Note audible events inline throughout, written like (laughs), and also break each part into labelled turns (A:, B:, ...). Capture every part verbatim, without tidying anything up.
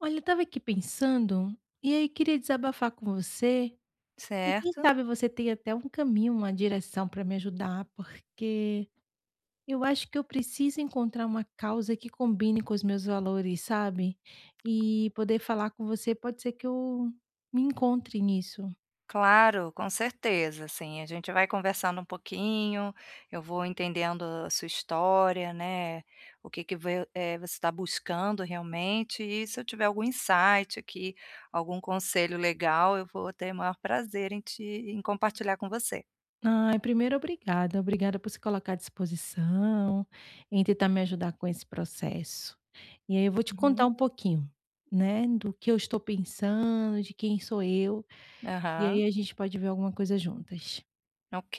A: Olha, eu estava aqui pensando, e aí queria desabafar com você. E quem
B: Certo.
A: sabe você tem até um caminho, uma direção para me ajudar, porque eu acho que eu preciso encontrar uma causa que combine com os meus valores, sabe? E poder falar com você, pode ser que eu me encontre nisso.
B: Claro, com certeza, sim, a gente vai conversando um pouquinho. Eu vou entendendo a sua história, né, o que que vo eh, você está buscando realmente, e se eu tiver algum insight aqui, algum conselho legal, eu vou ter o maior prazer em te em compartilhar com você.
A: Ai, primeiro, obrigada. Obrigada por se colocar à disposição, em tentar me ajudar com esse processo. E aí eu vou te contar
B: Uhum.
A: um pouquinho, né, do que eu estou pensando, de quem sou eu. E
B: Aham.
A: aí a gente pode ver alguma coisa juntas.
B: Ok.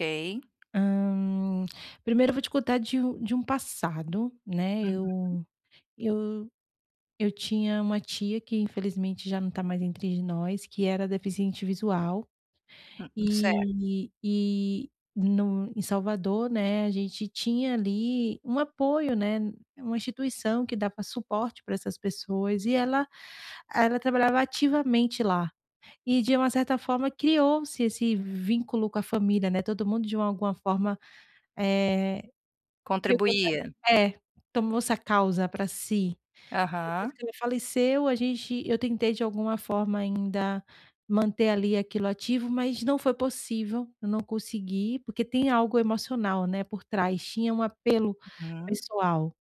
A: Hã, primeiro eu vou te contar de um de um passado, né,
B: Uhum.
A: eu eu eu tinha uma tia que infelizmente já não está mais entre nós, que era deficiente visual,
B: Certo.
A: e e no em Salvador, né, a gente tinha ali um apoio, né, uma instituição que dava suporte para essas pessoas e ela ela trabalhava ativamente lá. E de uma certa forma criou-se esse vínculo com a família, né, todo mundo de alguma forma, eh, pegou essa
B: Contribuía.
A: é, tomou essa causa pra si. Depois
B: Aham.
A: que ela faleceu, a gente eu tentei de alguma forma ainda manter ali aquilo ativo, mas não foi possível, eu não consegui, porque tem algo emocional, né, por trás, tinha um apelo
B: Uhum.
A: pessoal.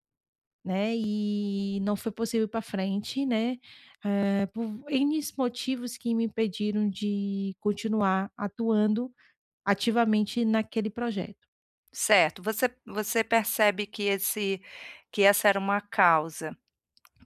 A: Né, e não foi possível ir pra frente, né, eh, por Ns motivos que me impediram de continuar atuando ativamente naquele projeto.
B: Certo. Você você percebe que esse que essa era uma causa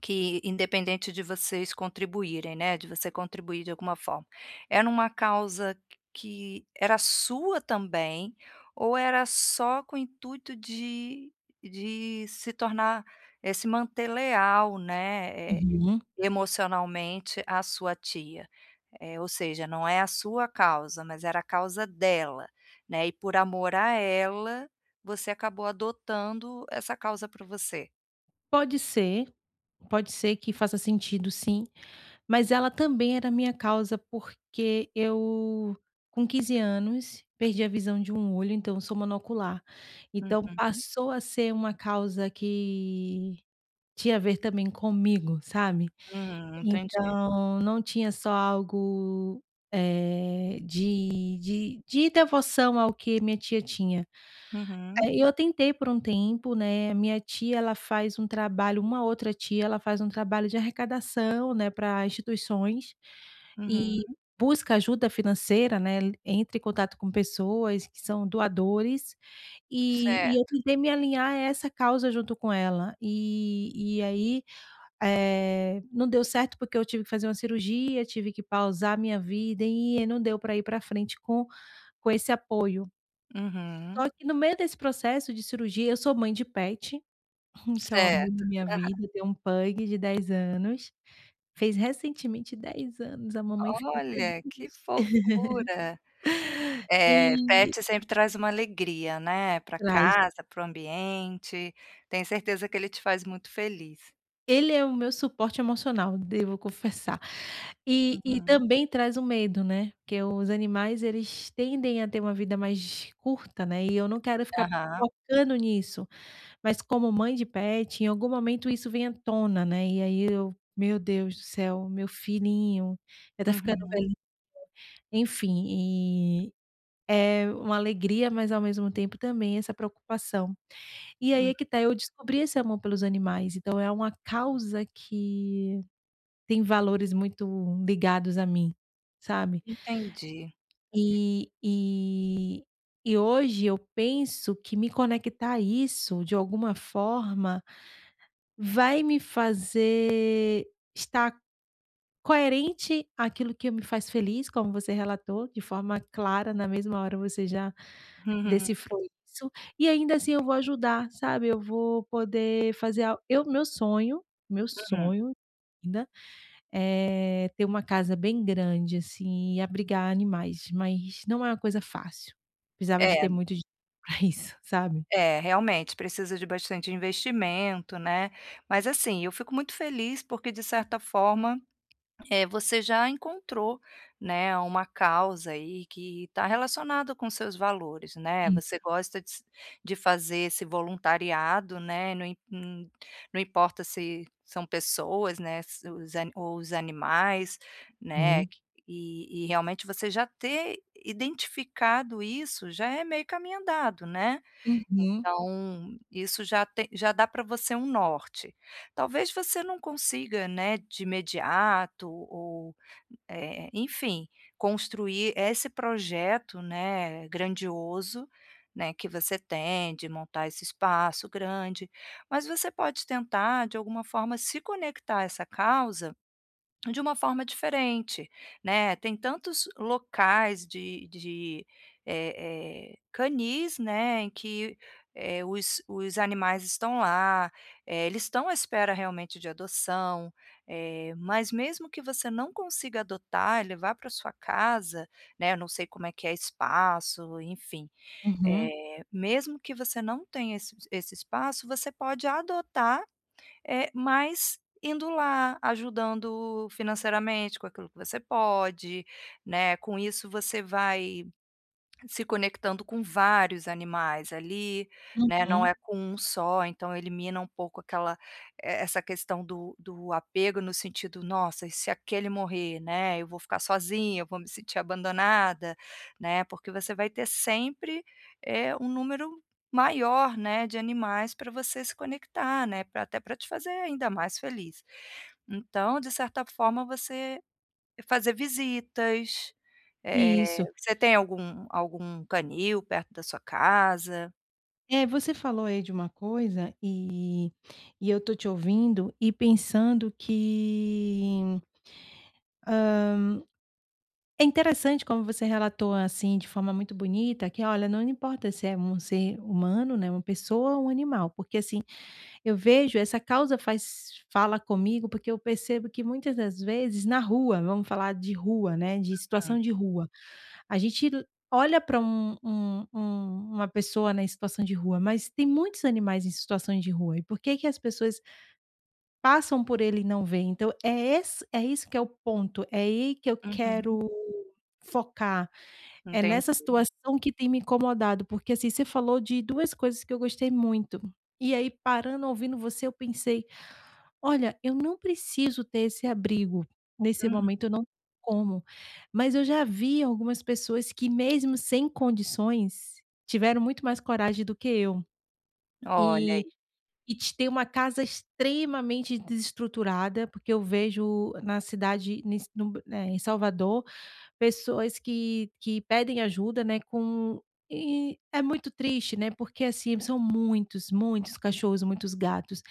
B: que, independente de vocês contribuírem, né, de você contribuir de alguma forma. Era uma causa que era sua também, ou era só com o intuito de de se tornar, eh, se manter leal, né, eh,
A: Uhum.
B: emocionalmente à sua tia? Eh, ou seja, não é a sua causa, mas era a causa dela, né, e por amor a ela, você acabou adotando essa causa para você.
A: Pode ser, pode ser que faça sentido sim. Mas ela também era minha causa, porque eu, com quinze anos, perdi a visão de um olho, então eu sou monocular. Então passou a ser uma causa que tinha a ver também comigo, sabe.
B: Uhum, entendi.
A: Então não tinha só algo, eh, de de de devoção ao que minha tia tinha.
B: Uhum.
A: É, eu tentei por um tempo, né, minha tia ela faz um trabalho uma outra tia, ela faz um trabalho de arrecadação, né, para instituições,
B: Uhum.
A: e busca ajuda financeira, né, entra em contato com pessoas que são doadores, e e eu
B: Certo.
A: tentei me alinhar a essa causa junto com ela, e e aí, eh, não deu certo porque eu tive que fazer uma cirurgia, tive que pausar minha vida e não deu para ir para frente com com esse apoio.
B: Uhum.
A: Só que no meio desse processo de cirurgia eu sou mãe de pet, (laughs) que é o amor da
B: Certo.
A: minha vida, eu tenho um pug de dez anos, fez recentemente dez anos, a mamãe ficou feliz.
B: Olha, que fofura. Eh,
A: E
B: pet sempre traz uma alegria, né, para
A: traz.
B: casa, para o ambiente. Tenho certeza que ele te faz muito feliz.
A: Ele é o meu suporte emocional, devo confessar. E e
B: Uhum.
A: também traz o medo, né, porque os animais eles tendem a ter uma vida mais curta, né, e eu não quero ficar
B: Aham.
A: focando nisso. Mas como mãe de pet, em algum momento isso vem à tona, né, e aí eu: "Meu Deus do céu, meu filhinho, já tá ficando
B: Uhum.
A: velhinho". Enfim, e é uma alegria, mas ao mesmo tempo também essa preocupação. E aí
B: Hum.
A: é que tá, eu descobri esse amor pelos animais, então é uma causa que tem valores muito ligados a mim, sabe.
B: Entendi.
A: E e e hoje eu penso que me conectar a isso de alguma forma Vai me fazer estar coerente àquilo que me faz feliz, como você relatou, de forma clara, na mesma hora você já
B: Uhum,
A: decifrou isso, e ainda assim eu vou ajudar, sabe, eu vou poder fazer al eu meu sonho, meu
B: uhum.
A: sonho ainda é ter uma casa bem grande, assim, e abrigar animais, mas não é uma coisa fácil. Precisava de
B: É,
A: ter muito dinheiro (laughs) pra isso, sabe.
B: é, realmente precisa de bastante investimento, né. Mas, assim, eu fico muito feliz porque, de certa forma, é, você já encontrou, né, uma causa aí que está relacionada com seus valores, né. Você
A: Isso.
B: gosta de se de fazer esse voluntariado, né, não im hum, não importa se são pessoas, né, se os ani ou os animais, né,
A: Uhum.
B: e e realmente você já ter identificado isso já é meio caminho andado, né.
A: Uhum,
B: Então, isso já tem, já dá para você um norte. Talvez você não consiga, né, de imediato, ou, eh, enfim, construir esse projeto, né, grandioso, né, que você tem de montar esse espaço grande, mas você pode tentar de alguma forma se conectar a essa causa de uma forma diferente, né. Tem tantos locais de de, eh eh, canis, né, em que, eh, os os animais estão lá, eh, eles estão à espera realmente de adoção. Eh, mas mesmo que você não consiga adotar e levar para sua casa, né, eu não sei como é que é espaço, enfim,
A: uhum,
B: eh, mesmo que você não tenha esse esse espaço, você pode adotar, é mas indo lá, ajudando financeiramente com aquilo que você pode, né. Com isso você vai se conectando com vários animais ali, né, não é
A: uhum.
B: com um só, então elimina um pouco aquela, e essa questão do do apego, no sentido: "Nossa, e se aquele morrer, né, eu vou ficar sozinha, eu vou me sentir abandonada", né, porque você vai ter sempre, eh, um número maior, né, de animais para você se conectar, né, pra até para te fazer ainda mais feliz. Então, de certa forma, você é fazer visitas. Eh,
A: Isso.
B: você tem algum algum canil perto da sua casa?
A: É, você falou aí de uma coisa e e eu tô te ouvindo e pensando que é interessante como você relatou, assim, de forma muito bonita, que olha, não importa se é um ser humano, né, uma pessoa ou um animal, porque, assim, eu vejo essa causa faz fala comigo, porque eu percebo que muitas das vezes na rua, vamos falar de rua, né, de
B: Hum,
A: situação de rua, A gente olha para um um um uma pessoa, né, em situação de rua, mas tem muitos animais em situação de rua, e por que que as pessoas passam por ele e não veem? Então é esse é isso que é o ponto, é aí que eu
B: uhum,
A: quero focar, é nessa
B: entendi.
A: situação que tem me incomodado, porque, assim, você falou de duas coisas que eu gostei muito, e aí parando, ouvindo você, eu pensei: Olha, eu não preciso ter esse abrigo, nesse
B: Uhum.
A: momento eu não tenho como, mas eu já vi algumas pessoas que mesmo sem condições, tiveram muito mais coragem do que eu.
B: Olha
A: E
B: aí.
A: e te tem uma casa extremamente desestruturada, porque eu vejo na cidade, nes no eh, em Salvador, Pessoas que que pedem ajuda, né, com e é muito triste, né, porque, assim, são muitos, muitos cachorros, muitos gatos.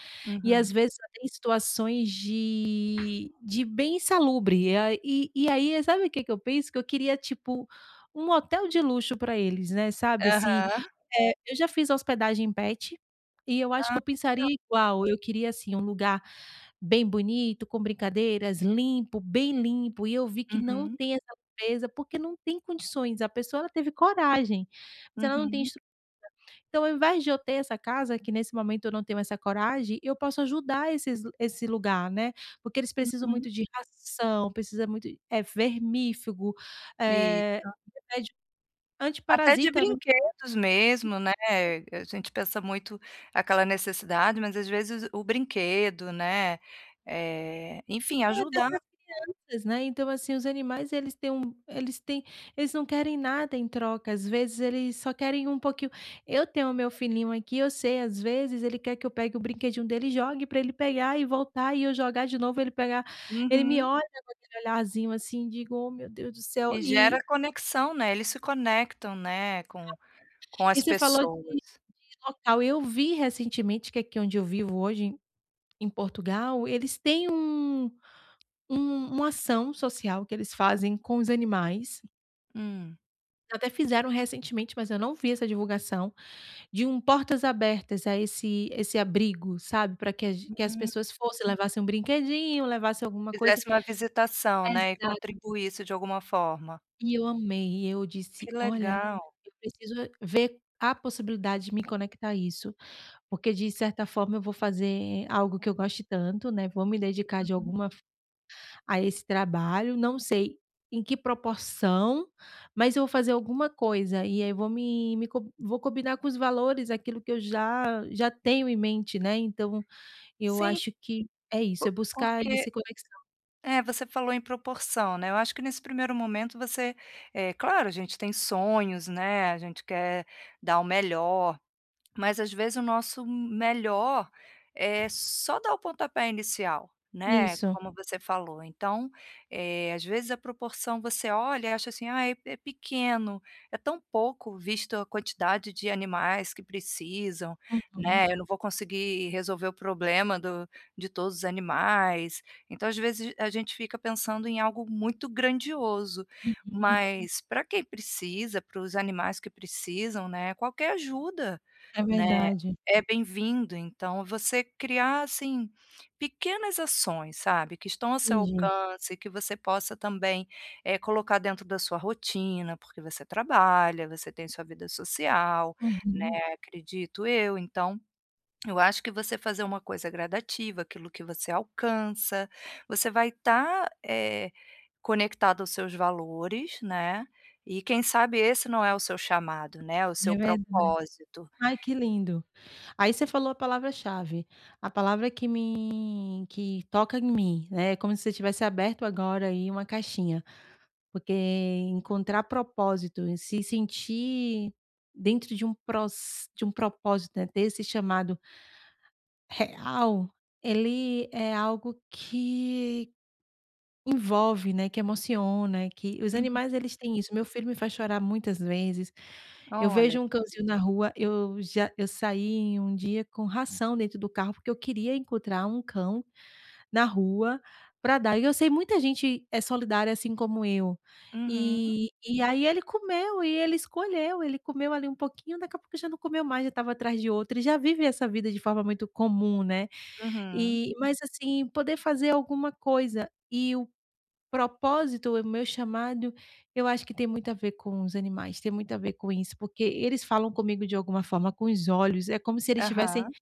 A: E,
B: Uhum.
A: às vezes, só tem situações de de bem insalubre. E a e e aí, sabe o que que eu penso? Que eu queria, tipo, um hotel de luxo para eles, né, sabe, assim.
B: Aham.
A: Eh, eu já fiz hospedagem pet, e eu acho que
B: Ah,
A: eu pensaria igual. Eu queria, assim, um lugar Bem bonito, com brincadeiras, limpo, bem limpo, e eu vi que não
B: uhum,
A: tem essa limpeza, porque não tem condições, a pessoa ela teve coragem, mas ela não tem
B: uhum,
A: estru então ao invés de eu ter essa casa, que nesse momento eu não tenho essa coragem, eu posso ajudar esses esse lugar, né, porque eles precisam
B: uhum.
A: muito de ração, precisa muito é vermífugo, eh,
B: Isso. Até de
A: antiparasita mas
B: brinquedos mesmo, né, a gente pensa muito aquela necessidade, mas às vezes o brinquedo, né, eh,
A: isso
B: enfim,
A: é
B: ajudar.
A: crianças, né, então assim, os animais eles têm um eles têm eles não querem nada em troca, às vezes eles só querem um pouquinho. Eu tenho o meu filhinho aqui, eu sei, às vezes ele quer que eu pegue o brinquedinho dele e jogue para ele pegar e voltar e eu jogar de novo, ele pegar, ele me
B: Uhum.
A: olha aquele olharzinho assim, digo: "Oh meu Deus do céu".
B: E
A: E
B: gera conexão, né, eles se conectam, né, com com
A: e
B: as
A: você falou de de
B: pessoas.
A: local, eu vi recentemente que aqui onde eu vivo hoje, em em Portugal, eles têm um um uma ação social que eles fazem com os animais.
B: Hum,
A: Até fizeram recentemente, mas eu não vi essa divulgação, de um portas abertas a esse esse abrigo, sabe, para que a ge que as
B: hum,
A: pessoas fossem, levassem um brinquedinho, levassem alguma coisa.
B: fizesse uma visitação, né, e
A: Exato.
B: contribuísse de alguma forma.
A: E eu amei, e eu disse:
B: Que
A: "Olha,
B: legal.
A: eu preciso ver a possibilidade de me conectar a isso, porque de certa forma eu vou fazer algo que eu goste tanto, né, vou me dedicar de alguma a esse trabalho, não sei em que proporção, mas eu vou fazer alguma coisa e aí eu vou me me co vou combinar com os valores, aquilo que eu já já tenho em mente, né, então eu
B: Sim,
A: acho que é isso, é buscar
B: porque,
A: esse conexão.
B: é, você falou em proporção, né. Eu acho que nesse primeiro momento você, eh, claro, a gente tem sonhos, né, a gente quer dar o melhor. Mas às vezes o nosso melhor é só dar o pontapé inicial, né,
A: Isso.
B: como você falou. Então, eh, às vezes a proporção você olha e acha assim: "Ah, é é pequeno, é tão pouco visto a quantidade de animais que precisam,
A: Uhum,
B: né, eu não vou conseguir resolver o problema do de todos os animais". Então, às vezes a gente fica pensando em algo muito grandioso,
A: uhum.
B: mas para quem precisa, para os animais que precisam, né, qualquer ajuda,
A: É
B: né,
A: verdade.
B: é bem-vindo. Então, você criar, assim, pequenas ações, sabe, que estão ao seu
A: Entendi.
B: alcance, que você possa também, eh, colocar dentro da sua rotina, porque você trabalha, você tem sua vida social, né,
A: Uhum.
B: acredito eu. Então, eu acho que você fazer uma coisa gradativa, aquilo que você alcança, você vai estar, eh, conectado aos seus valores, né, e quem sabe esse não é o seu chamado, né, o seu
A: É verdade.
B: propósito.
A: Ai, que lindo. Aí você falou a palavra-chave, a palavra que me que toca em mim, né, é como se você tivesse aberto agora aí uma caixinha. Porque encontrar propósito e se sentir dentro de um pros de um propósito, né, ter esse chamado real, ele é algo que envolve, né, que emociona, que os animais eles têm isso. Meu filho me faz chorar muitas vezes. Eu
B: Olha,
A: vejo um cãozinho na rua, eu já eu saí um dia com ração dentro do carro, porque eu queria encontrar um cão na rua, para dar. E eu sei muita gente é solidária assim como eu.
B: uhum,
A: E e aí ele comeu e ele escolheu, ele comeu ali um pouquinho, daqui a pouco já não comeu mais, já estava atrás de outro e já vive essa vida de forma muito comum, né.
B: uhum,
A: E mas assim, poder fazer alguma coisa e o propósito, o meu chamado, eu acho que tem muito a ver com os animais, tem muito a ver com isso, porque eles falam comigo de alguma forma, com os olhos, é como se eles estivessem
B: aham.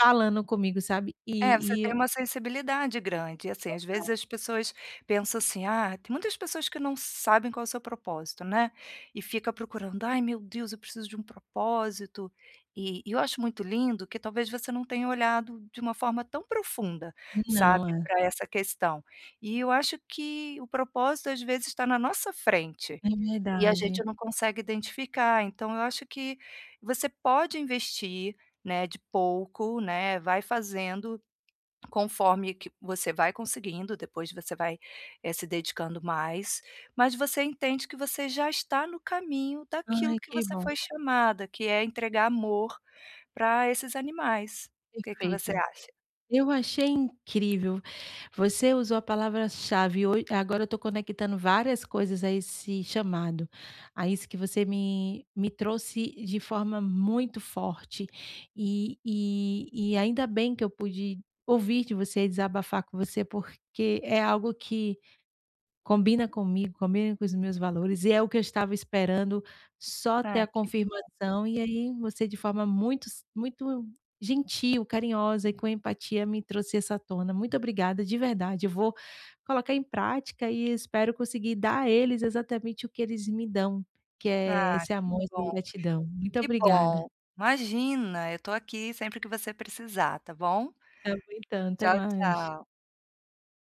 A: falando comigo, sabe.
B: É, você
A: E
B: tem
A: e
B: uma sensibilidade grande, e, assim, às vezes as pessoas pensam assim: "Ah", tem muitas pessoas que não sabem qual é o seu propósito, né, e fica procurando: "Ai meu Deus, eu preciso de um propósito", e e eu acho muito lindo que talvez você não tenha olhado de uma forma tão profunda,
A: não,
B: sabe,
A: é.
B: para essa questão. E eu acho que o propósito às vezes está na nossa frente.
A: É
B: E a gente
A: verdade.
B: não consegue identificar. Então, eu acho que você pode investir, né, de pouco, né, vai fazendo conforme que você vai conseguindo. Depois você vai, eh, se dedicando mais, mas você entende que você já está no caminho daquilo
A: Ai,
B: que
A: que
B: você
A: bom,
B: foi chamada, que é entregar amor para esses animais. O que que você
A: perfeito.
B: acha?
A: Eu achei incrível. Você usou a palavra-chave, hoje. Agora eu estou conectando várias coisas a esse chamado, a isso que você me me trouxe de forma muito forte. E e e ainda bem que eu pude ouvir de você, desabafar com você, porque é algo que Combina comigo, combina com os meus valores, e é o que eu estava esperando, só ter
B: Ai
A: a
B: que
A: confirmação, e aí você de forma muito s muito gentil, carinhosa e com empatia me trouxe essa tona. Muito obrigada, de verdade, eu vou colocar em prática e espero conseguir dar a eles exatamente o que eles me dão, que é
B: ah,
A: esse
B: que
A: amor, essa
B: bom,
A: gratidão. Muito
B: que
A: obrigada.
B: bom. Imagina, eu tô aqui sempre que você precisar, tá bom?
A: Tá bom então, até
B: Tchau,
A: mais.
B: tchau.